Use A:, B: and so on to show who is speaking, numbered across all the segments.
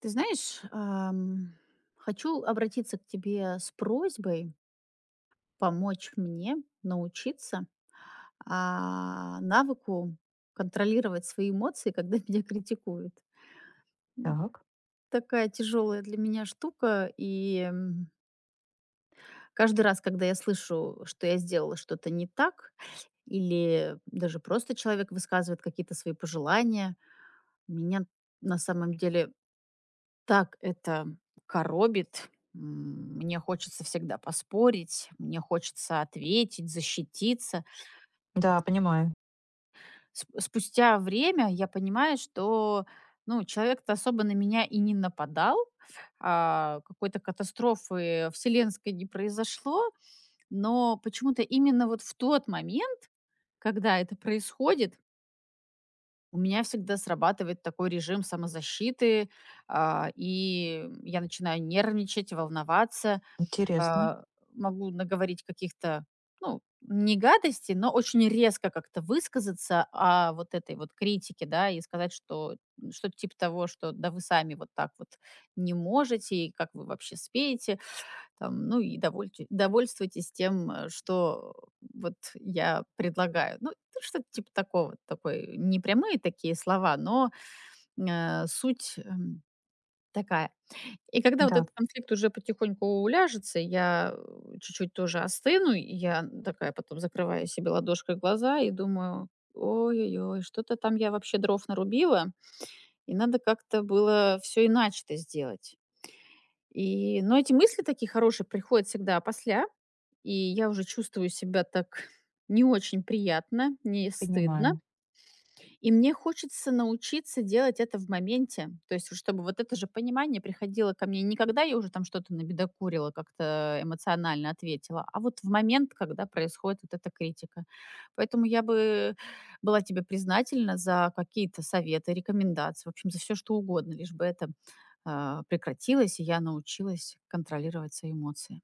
A: Ты знаешь, хочу обратиться к тебе с просьбой помочь мне научиться, навыку контролировать свои эмоции, когда меня критикуют.
B: Так.
A: Такая тяжелая для меня штука, и, каждый раз, когда я слышу, что я сделала что-то не так, или даже просто человек высказывает какие-то свои пожелания, меня на самом деле Так это коробит. Мне хочется всегда поспорить, мне хочется ответить, защититься.
B: Да, понимаю.
A: Сп спустя время я понимаю, что, ну, человек-то особо на меня и не нападал, какой-то катастрофы вселенской не произошло, но почему-то именно вот в тот момент, когда это происходит, у меня всегда срабатывает такой режим самозащиты, и я начинаю нервничать, волноваться.
B: Интересно.
A: а, Могу наговорить каких-то, ну, не гадостей, но очень резко как-то высказаться о вот этой вот критике, да, и сказать, что что-то типа того, что да вы сами вот так вот не можете, и как вы вообще спеете, там, ну и довольствуйтесь тем, что вот я предлагаю. Ну, что-то типа такого, такой, не прямые такие слова, но суть такая. И когда вот
B: Да,
A: этот конфликт уже потихоньку уляжется, я, чуть-чуть тоже остыну, и я такая потом закрываю себе ладошкой глаза и думаю: "Ой-ой-ой, что-то там я вообще дров нарубила, и надо как-то было все иначе-то сделать". И, но эти мысли такие хорошие приходят всегда опосля, и я уже чувствую себя так не очень приятно, не стыдно.
B: понимаю.
A: И мне хочется научиться делать это в моменте. То есть, вот чтобы вот это же понимание приходило ко мне не когда я уже там что-то набедокурила, как-то эмоционально ответила, а вот в момент, когда происходит вот эта критика. Поэтому я бы была тебе признательна за какие-то советы, рекомендации, в общем, за все что угодно, лишь бы это прекратилось, и я научилась контролировать свои эмоции.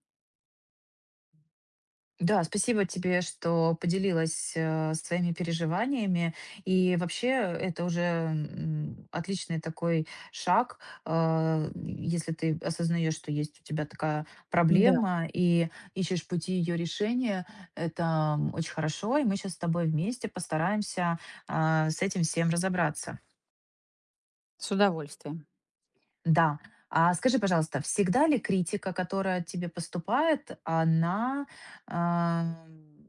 B: Да, спасибо тебе, что поделилась своими переживаниями. И вообще это уже отличный такой шаг, если ты осознаешь, что есть у тебя такая
A: Да,
B: проблема и ищешь пути ее решения, это очень хорошо. И мы сейчас с тобой вместе постараемся с этим всем разобраться.
A: с удовольствием.
B: Да. А скажи, пожалуйста, всегда ли критика, которая от тебе поступает, она а,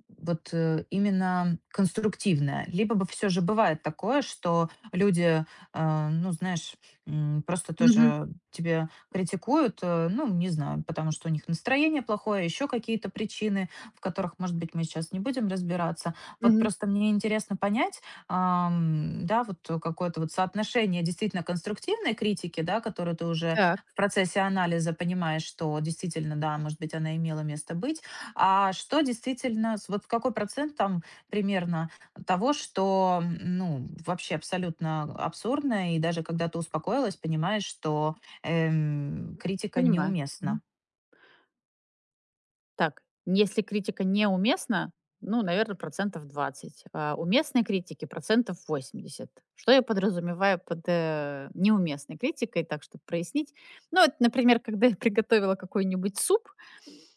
B: вот именно конструктивная? Либо бы все же бывает такое, что люди, ну, знаешь, просто
A: Мгм,
B: тоже тебе критикуют, ну, не знаю, потому что у них настроение плохое, еще какие-то причины, в которых, может быть, мы сейчас не будем разбираться. Вот
A: мгм.
B: просто мне интересно понять, да, вот какое-то вот соотношение действительно конструктивной критики, да, которую ты уже
A: Так,
B: в процессе анализа понимаешь, что действительно, да, может быть, она имела место быть, а что действительно, вот какой процент там примерно того, что, ну, вообще абсолютно абсурдно, и даже когда ты успокоилась, понимаешь, что критика
A: понимаю.
B: неуместна.
A: Так, если критика неуместна, ну, наверное, процентов 20, а уместной критики процентов 80. Что я подразумеваю под неуместной критикой, так, чтобы прояснить? Ну, вот, например, когда я приготовила какой-нибудь суп,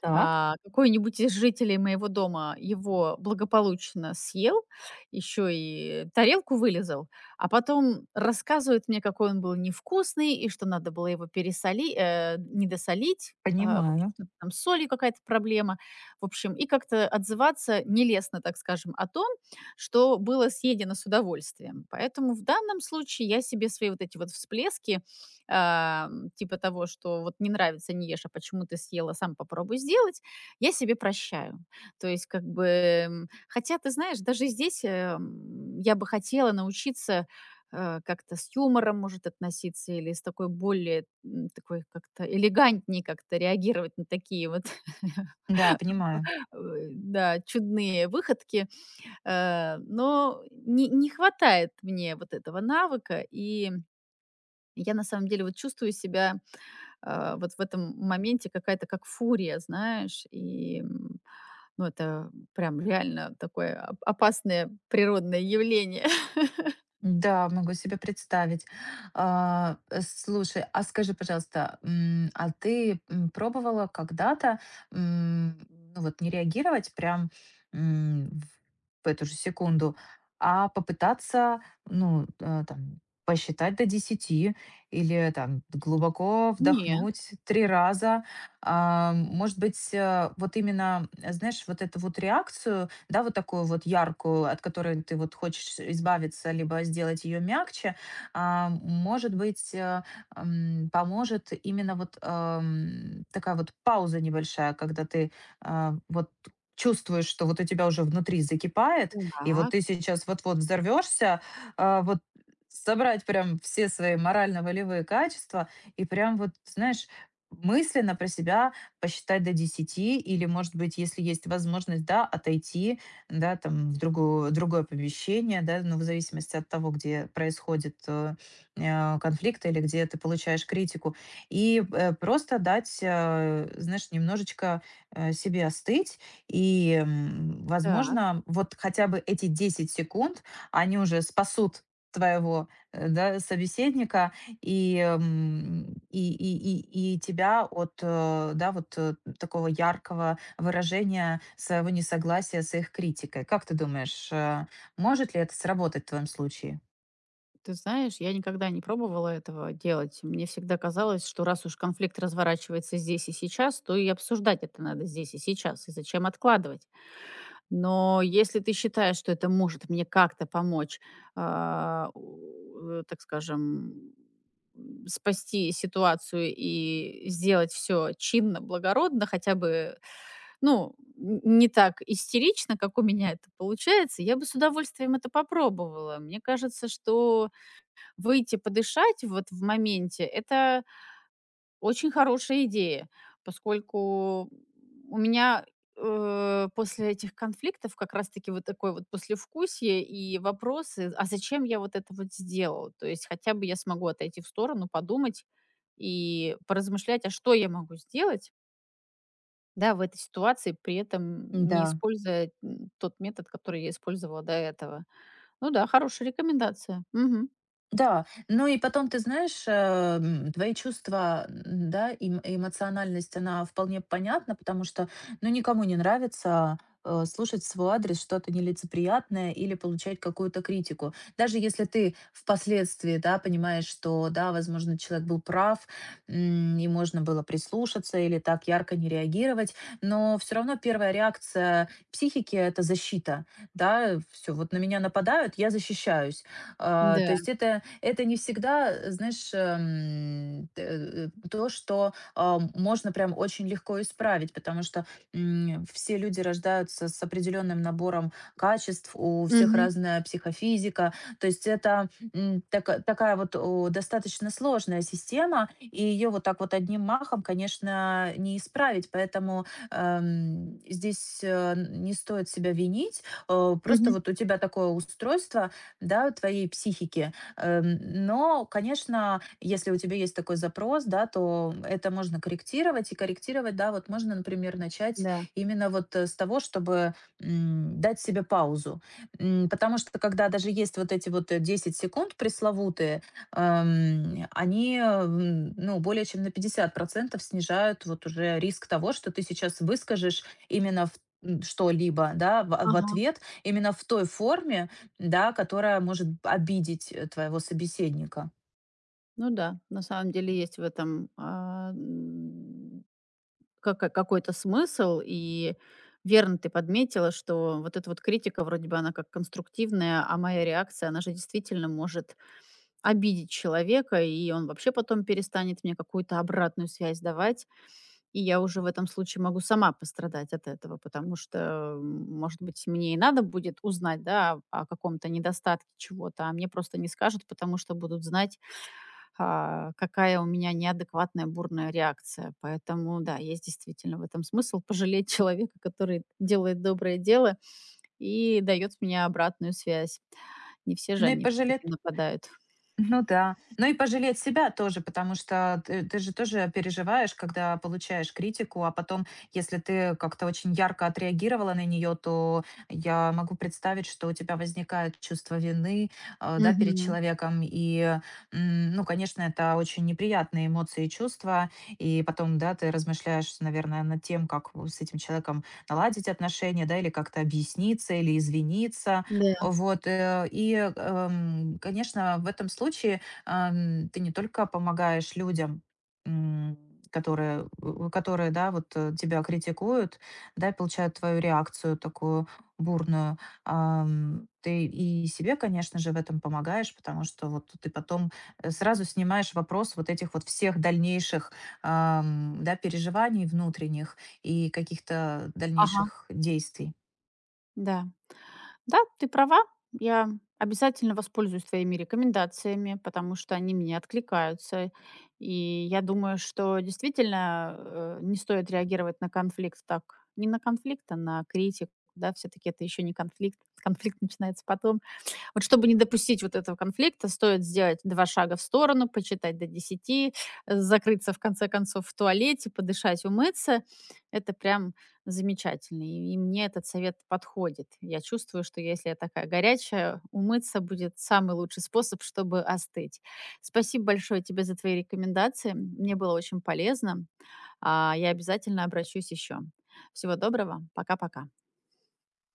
B: Так,
A: какой-нибудь из жителей моего дома его благополучно съел, еще и тарелку вылезал, а потом рассказывает мне, какой он был невкусный и что надо было его пересолить, недосолить, в общем,
B: понимаю.
A: что-то там с солью какая-то проблема. В общем, и как-то отзываться нелестно, так скажем, о том, что было съедено с удовольствием. Поэтому в данном случае я себе свои вот эти вот всплески типа того, что вот не нравится, не ешь, а почему ты съела, сам попробуй сделать, я себе прощаю. То есть как бы, хотя ты знаешь, даже здесь, я бы хотела научиться, как-то с юмором, может, относиться или с такой более, такой как-то элегантнее как-то реагировать на такие вот,
B: Да, понимаю.
A: да, чудные выходки. Но не хватает мне вот этого навыка, и я на самом деле вот чувствую себя вот в этом моменте какая-то как фурия, знаешь, и, ну, это прям реально такое опасное природное явление.
B: Да, могу себе представить. Слушай, а скажи, пожалуйста, а ты пробовала когда-то м, ну вот не реагировать прям м, в эту же секунду, а попытаться, ну, там, посчитать до 10 или там глубоко
A: Нет.
B: вдохнуть 3 раза. А, может быть, вот именно, знаешь, вот эту вот реакцию да, вот такую вот яркую, от которой ты вот хочешь избавиться, либо сделать ее мягче, а, может быть, поможет именно вот такая вот пауза небольшая, когда ты вот чувствуешь, что вот у тебя уже внутри закипает, и вот ты
A: Так,
B: сейчас вот-вот взорвешься, вот собрать прям все свои морально-волевые качества и прям вот, знаешь, мысленно про себя посчитать до 10 или, может быть, если есть возможность, да, отойти, да, там в другое помещение, да, ну, в зависимости от того, где происходит конфликт или где ты получаешь критику. И просто дать, знаешь, немножечко себе остыть. И,
A: так.
B: возможно, вот хотя бы эти 10 секунд, они уже спасут твоего да, собеседника и тебя от да, вот такого яркого выражение своего несогласия с их критикой. Как ты думаешь, может ли это сработать в твоем случае?
A: Ты знаешь, я никогда не пробовала этого делать. Мне всегда казалось, что раз уж конфликт разворачивается здесь и сейчас, то и обсуждать это надо здесь и сейчас. И зачем откладывать? Но если ты считаешь, что это может мне как-то помочь, а, у, так скажем, спасти ситуацию и сделать все чинно, благородно, хотя бы, ну, не так истерично, как у меня это получается, я бы с удовольствием это попробовала. Мне кажется, что выйти подышать вот в моменте, это очень хорошая идея, поскольку у меня, после этих конфликтов как раз-таки вот такое вот послевкусие и вопросы: "А зачем я вот это вот сделал?" То есть хотя бы я смогу отойти в сторону, подумать и поразмышлять, а что я могу сделать, да, в этой ситуации, при этом не
B: Да.
A: используя, тот метод, который я использовала до этого. Ну да, хорошая рекомендация. Мгм.
B: Да, ну и потом, ты знаешь, твои чувства, да, эмоциональность, она вполне понятна, потому что, ну, никому не нравится слушать в свой адрес что-то нелицеприятное или получать какую-то критику. Даже если ты впоследствии, да, понимаешь, что, да, возможно, человек был прав, и можно было прислушаться или так ярко не реагировать, но все равно первая реакция психики— это защита, да, все, вот на меня нападают, я защищаюсь. А, то
A: Да.
B: есть это не всегда, знаешь, то, что можно прям очень легко исправить, потому что все люди рождаются с определенным набором качеств, у всех
A: Мгм.
B: разная психофизика, то есть это такая вот достаточно сложная система, и ее вот так вот одним махом, конечно, не исправить, поэтому здесь не стоит себя винить, просто
A: Мгм.
B: вот у тебя такое устройство, да, твоей психики. Но, конечно, если у тебя есть такой запрос, да, то это можно корректировать. И корректировать, да, вот можно, например, начать
A: Да.
B: именно вот с того, чтобы дать себе паузу. М, Потому что когда даже есть вот эти вот 10 секунд пресловутые, они, ну, более чем на 50% снижают вот уже риск того, что ты сейчас выскажешь именно в что-либо, да, в
A: Ага.
B: ответ именно в той форме, да, которая может обидеть, твоего собеседника.
A: Ну да, на самом деле есть в этом, а, м, кака какой-то смысл. И верно ты подметила, что вот эта вот критика, вроде бы она как конструктивная, а моя реакция, она же действительно может обидеть человека, и он вообще потом перестанет мне какую-то обратную связь давать. И я уже в этом случае могу сама пострадать от этого, потому что, может быть, мне и надо будет узнать, да, о каком-то недостатке чего-то, а мне просто не скажут, потому что будут знать, какая у меня неадекватная бурная реакция. Поэтому, да, есть действительно в этом смысл пожалеть человека, который делает доброе дело и дает мне обратную связь. Не все же
B: Ну и
A: они все-таки
B: пожалеть
A: нападают.
B: Ну да. Ну и пожалеть себя тоже, потому что ты же тоже переживаешь, когда получаешь критику, а потом, если ты как-то очень ярко отреагировала на нее, то я могу представить, что у тебя возникает чувство вины, да, перед
A: Мгм.
B: человеком. И, ну, конечно, это очень неприятные эмоции и чувства. И потом, да, ты размышляешь, наверное, над тем, как с этим человеком наладить отношения, да, или как-то объясниться, или извиниться.
A: Да.
B: Вот, конечно, в этом случае, ты не только помогаешь людям, м, которые, да, вот, тебя критикуют, да, и получают твою реакцию такую бурную. Ты и себе, конечно же, в этом помогаешь, потому что вот ты потом, сразу снимаешь вопрос вот этих вот всех дальнейших, да, переживаний внутренних и каких-то
A: Ага.
B: дальнейших действий.
A: Да. Да, ты права. Я обязательно воспользуюсь твоими рекомендациями, потому что они мне откликаются. И я думаю, что действительно не стоит реагировать на конфликт так. Не на конфликт, а на критику. Да, все-таки это еще не конфликт. Конфликт начинается потом. Вот чтобы не допустить вот этого конфликта, стоит сделать 2 шага в сторону, почитать до десяти, закрыться в конце концов в туалете, подышать, умыться. Это прям замечательно. И мне этот совет подходит. Я чувствую, что если я такая горячая, умыться будет самый лучший способ, чтобы остыть. Спасибо большое тебе за твои рекомендации. Мне было очень полезно. Я обязательно обращусь еще. Всего доброго. Пока-пока.